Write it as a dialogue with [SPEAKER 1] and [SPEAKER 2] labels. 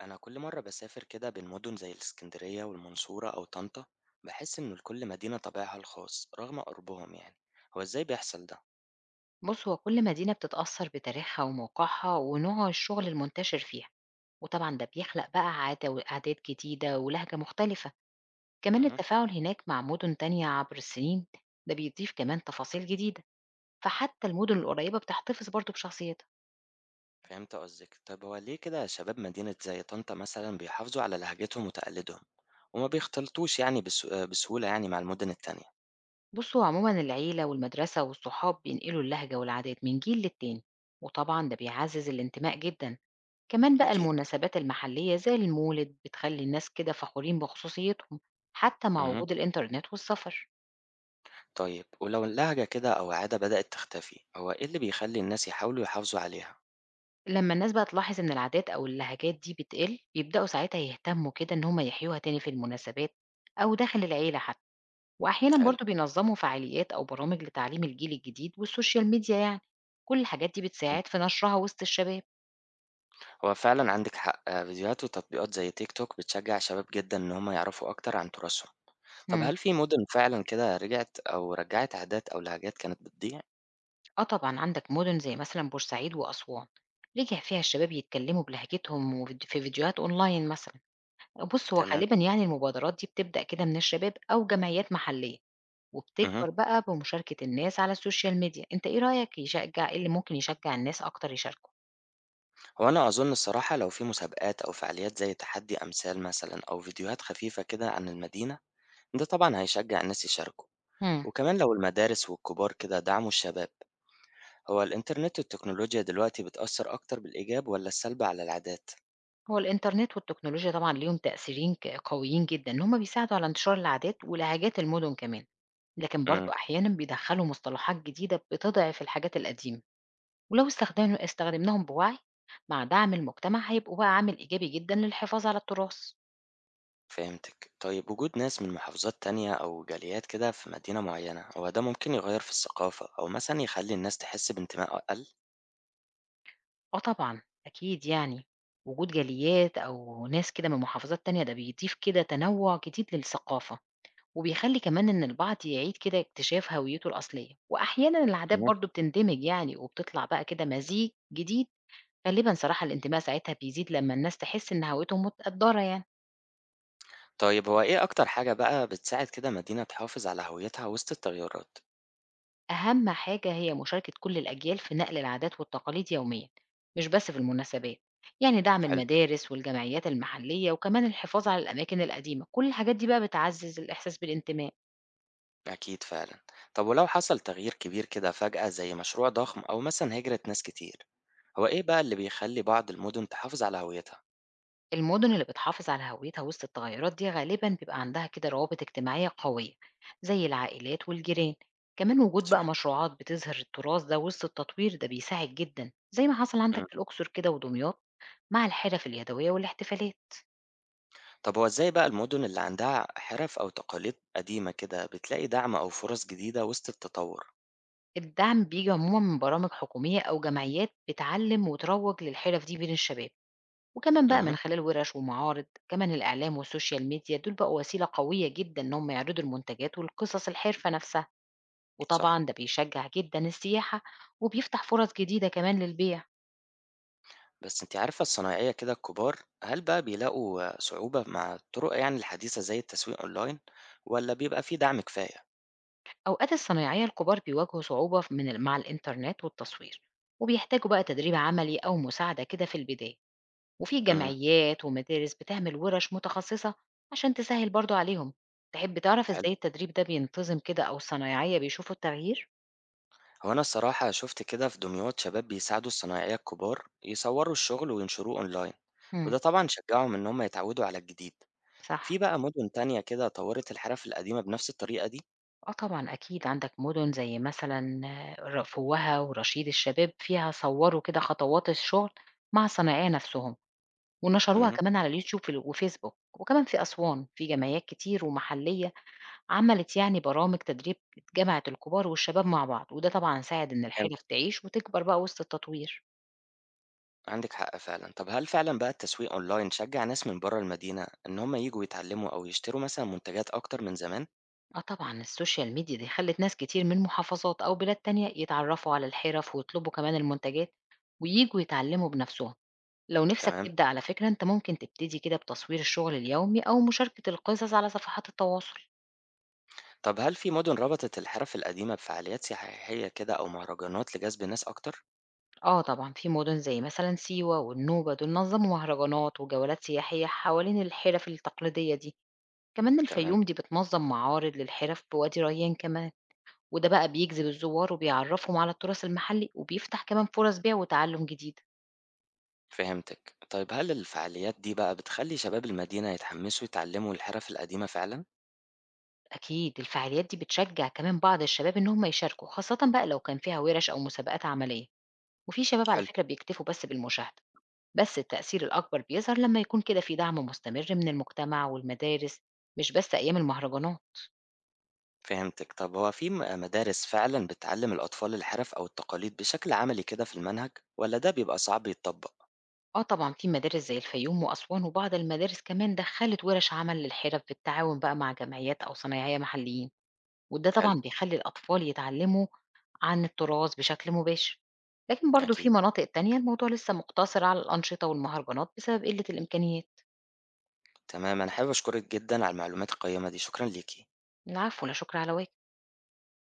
[SPEAKER 1] أنا كل مرة بسافر كده بين مدن زي الإسكندرية والمنصورة أو طنطا، بحس إن لكل مدينة طابعها الخاص رغم قربهم يعني. هو إزاي بيحصل ده؟
[SPEAKER 2] بُص، هو كل مدينة بتتأثّر بتاريخها وموقعها ونوع الشغل المنتشر فيها، وطبعًا ده بيخلق بقى عادات جديدة ولهجة مختلفة، كمان
[SPEAKER 1] أها.
[SPEAKER 2] التفاعل هناك مع مدن تانية عبر السنين ده بيضيف كمان تفاصيل جديدة، فحتى المدن القريبة بتحتفظ برضه بشخصيتها.
[SPEAKER 1] فهمت قصدك. طب هو ليه كده شباب مدينة زي طنطا مثلا بيحافظوا على لهجتهم وتقاليدهم وما بيختلطوش يعني بسهولة يعني مع المدن التانية؟
[SPEAKER 2] بُص، هو عمومًا العيلة والمدرسة والصحاب بينقلوا اللهجة والعادات من جيل للتاني، وطبعًا ده بيعزّز الانتماء جدًا. كمان بقى
[SPEAKER 1] أكيد.
[SPEAKER 2] المناسبات المحلية زي المولد بتخلي الناس كده فخورين بخصوصيتهم حتى مع
[SPEAKER 1] أها.
[SPEAKER 2] وجود الإنترنت والسفر.
[SPEAKER 1] طيب ولو اللهجة كده أو عادة بدأت تختفي، هو إيه اللي بيخلي الناس يحاولوا يحافظوا عليها؟
[SPEAKER 2] لما الناس بقى تلاحظ إن العادات أو اللهجات دي بتقل بيبدأوا ساعتها يهتموا كده إن هما يحيوها تاني في المناسبات أو داخل العيلة حتى، وأحيانا
[SPEAKER 1] حلو.
[SPEAKER 2] برضو بينظموا فعاليات أو برامج لتعليم الجيل الجديد والسوشيال ميديا يعني كل الحاجات دي بتساعد في نشرها وسط الشباب.
[SPEAKER 1] هو فعلا عندك حق، آه، فيديوهات وتطبيقات زي تيك توك بتشجع شباب جدا ان هم يعرفوا اكتر عن تراثهم. طب
[SPEAKER 2] مم.
[SPEAKER 1] هل في مدن فعلا كده رجعت او رجعت عادات او لهجات كانت بتضيع؟
[SPEAKER 2] اه طبعا عندك مدن زي مثلا بورسعيد وأسوان رجع فيها الشباب يتكلموا بلهجتهم في فيديوهات أونلاين مثلا. بُص، هو
[SPEAKER 1] تمام.
[SPEAKER 2] غالبًا يعني المبادرات دي بتبدأ كده من الشباب أو جمعيات محلية،
[SPEAKER 1] اها.
[SPEAKER 2] وبتكبر بقى بمشاركة الناس على السوشيال ميديا، أنت إيه رأيك يشجع إيه اللي ممكن يشجع الناس أكتر يشاركوا؟
[SPEAKER 1] هو انا اظن الصراحة لو في مسابقات او فعاليات زي تحدي امثال مثلا او فيديوهات خفيفة كده عن المدينة، ده طبعا هيشجع الناس يشاركوا.
[SPEAKER 2] إمم.
[SPEAKER 1] وكمان لو المدارس والكبار كده دعموا الشباب. هو الانترنت والتكنولوجيا دلوقتي بتأثر اكتر بالايجاب ولا السلب على العادات؟
[SPEAKER 2] هو الإنترنت والتكنولوجيا طبعًا ليهم تأثيرين قويين جدًا، إن هُم بيساعدوا على انتشار العادات ولهجات المدن كمان، لكن
[SPEAKER 1] مم.
[SPEAKER 2] برضه أحيانًا بيدخّلوا مصطلحات جديدة بتضعف الحاجات القديمة، ولو استخدمناهم بوعي مع دعم المجتمع هيبقوا بقى عامل إيجابي جدًا للحفاظ على التراث.
[SPEAKER 1] فهمتِك. طيب وجود ناس من محافظات تانية أو جاليات كده في مدينة معينة، هو ده ممكن يغيّر في الثقافة أو مثلًا يخلّي الناس تحس بانتماء أقل؟
[SPEAKER 2] آه طبعًا، أكيد يعني، وجود جاليات أو ناس كده من محافظات تانية ده بيضيف كده تنوع جديد للثقافة، وبيخلّي كمان إن البعض يعيد كده اكتشاف هويته الأصلية، وأحيانًا العادات
[SPEAKER 1] أيوه.
[SPEAKER 2] برضه بتندمج يعني وبتطلع بقى كده مزيج جديد، غالبًا صراحة الانتماء ساعتها بيزيد لمّا الناس تحس إن هويتهم متقدّرة يعني.
[SPEAKER 1] طيب هو إيه أكتر حاجة بقى بتساعد كده مدينة تحافظ على هويتها وسط التغيرات؟
[SPEAKER 2] أهم حاجة هي مشاركة كل الأجيال في نقل العادات والتقاليد يوميا، مش بس في المناسبات، يعني دعم
[SPEAKER 1] حلو،
[SPEAKER 2] المدارس والجمعيات المحلية وكمان الحفاظ على الأماكن القديمة كل الحاجات دي بقى بتعزز الإحساس بالانتماء.
[SPEAKER 1] أكيد فعلًا. طب ولو حصل تغيير كبير كده فجأة زي مشروع ضخم أو مثلًا هجرة ناس كتير، هو إيه بقى اللي بيخلّي بعض المدن تحافظ على هويتها؟
[SPEAKER 2] المدن اللي بتحافظ على هويتها وسط التغيرات دي غالبا بيبقى عندها كده روابط اجتماعية قوية زي العائلات والجيران، كمان وجود بقى
[SPEAKER 1] صح.
[SPEAKER 2] مشروعات بتظهر التراث ده وسط التطوير ده بيساعد جدا زي ما حصل عندك
[SPEAKER 1] إمم.
[SPEAKER 2] في الأقصر كده ودمياط مع الحرف اليدوية والاحتفالات.
[SPEAKER 1] طب هو إزاي بقى المدن اللي عندها حِرَف أو تقاليد قديمة كده بتلاقي دعم أو فرص جديدة وسط التطور؟
[SPEAKER 2] الدعم بييجي عمومًا من برامج حكومية أو جمعيات بتعلِّم وتروّج للحِرَف دي بين الشباب، وكمان بقى
[SPEAKER 1] اهم.
[SPEAKER 2] من خلال ورش ومعارض، كمان الإعلام والسوشيال ميديا دول بقوا وسيلة قوية جدًا إن هم يعرضوا المنتجات والقصص الحرفة نفسها،
[SPEAKER 1] صح.
[SPEAKER 2] وطبعًا ده بيشجّع جدًا السياحة وبيفتح فرص جديدة كمان للبيع.
[SPEAKER 1] بس أنتِ عارفة الصنايعية كده الكبار، هل بقى بيلاقوا صعوبة مع الطرق يعني الحديثة زي التسويق أونلاين والّا بيبقى في دعم كفاية؟
[SPEAKER 2] أوقات الصنايعية الكبار بيواجهوا صعوبة ف من ال مع الإنترنت والتصوير، وبيحتاجوا بقى تدريب عملي أو مساعدة كده في البداية. وفي
[SPEAKER 1] إمم.
[SPEAKER 2] جمعيات ومدارس بتعمل ورش متخصصة عشان تسهل برضو عليهم. تحب تعرف
[SPEAKER 1] حلو.
[SPEAKER 2] ازاي التدريب ده بينتظم كده او صنايعية بيشوفوا التغيير؟
[SPEAKER 1] هو أنا الصراحة شُفت كده في دمياط شباب بيساعدوا الصنايعية الكبار يصوّروا الشغل وينشروه أونلاين،
[SPEAKER 2] مم.
[SPEAKER 1] وده طبعًا شجّعهم إن هم يتعودوا على الجديد. في
[SPEAKER 2] صح.
[SPEAKER 1] بقى مدن تانية كده طوّرت الحرف القديمة بنفس الطريقة دي؟
[SPEAKER 2] اه طبعا اكيد عندك مدن زي مثلا آه، فوهة ورشيد الشباب فيها صوروا كده خطوات الشغل مع الصنايعية نفسهم ونشروها
[SPEAKER 1] اهم.
[SPEAKER 2] كمان على اليوتيوب وفيسبوك، وكمان في أسوان في جمعيات كتير ومحلية عملت يعني برامج تدريب جمعت الكبار والشباب مع بعض وده طبعا ساعد إن الحرف
[SPEAKER 1] فهمتِك،
[SPEAKER 2] تعيش وتكبر بقى وسط التطوير.
[SPEAKER 1] عندِك حق فعلًا. طب هل فعلًا بقى التسويق أونلاين شجّع ناس من برّه المدينة إن هم ييجوا يتعلموا أو يشتروا مثلًا منتجات أكتر من زمان؟
[SPEAKER 2] آه طبعًا السوشيال ميديا دي خلّت ناس كتير من محافظات أو بلاد تانية يتعرّفوا على الحرف ويطلبوا كمان المنتجات وييجوا يتعلّموا بنَفْسهم، لو نِفْسك
[SPEAKER 1] تمام.
[SPEAKER 2] تبدأ على فكرة أنت ممكن تبتدي كده بتصوير الشغل اليومي أو مشاركة القصص على صفحات التواصل.
[SPEAKER 1] طب هل في مدن ربطت الحرف القديمة بفعاليات سياحية كده أو مهرجانات لجذب ناس أكتر؟
[SPEAKER 2] آه طبعًا في مُدن زي مثلًا سيوة والنوبة دول نظّموا مهرجانات وجولات سياحية حوالين الحرف التقليدية دي، كمان
[SPEAKER 1] تمام.
[SPEAKER 2] الفيوم دي بتنظّم معارض للحرف بوادي ريان كمان، وده بقى بيجذب الزوار وبيعرّفهم على التراث المحلي وبيفتح كمان فرص بيع وتعلُّم جديد.
[SPEAKER 1] فهمتك. طيب هل الفعاليات دي بقى بتخلي شباب المدينة يتحمسوا يتعلموا الحرف القديمة فعلا؟
[SPEAKER 2] أكيد الفعاليات دي بتشجع كمان بعض الشباب إن هم يشاركوا، خاصة بقى لو كان فيها ورش أو مسابقات عملية، وفي شباب على
[SPEAKER 1] حلو.
[SPEAKER 2] فكرة بيكتفوا بس بالمشاهدة. بس التأثير الأكبر بيظهر لما يكون كده في دعم مستمر من المجتمع والمدارس، مش بس أيام المهرجانات.
[SPEAKER 1] فهمتك. طب هو في مدارس فعلا بتعلم الأطفال الحرف أو التقاليد بشكل عملي كده في المنهج؟ ولا ده بيبقى صعب يتطبق؟
[SPEAKER 2] اه طبعا في مدارس زي الفيوم وأسوان وبعض المدارس كمان دخلت ورش عمل للحرف بالتعاون بقى مع جمعيات أو صنايعية محليين، وده
[SPEAKER 1] حلو،
[SPEAKER 2] طبعا بيخلي الأطفال يتعلموا عن التراث بشكل مباشر، لكن برضو في
[SPEAKER 1] أكيد.
[SPEAKER 2] مناطق تانية الموضوع لسه مقتصر على الأنشطة والمهرجانات بسبب قلة الإمكانيات.
[SPEAKER 1] تمام، أنا حابب أشكرك جدا على المعلومات القيمة دي، شكرا ليكي.
[SPEAKER 2] العفو، لا شكر على واجب.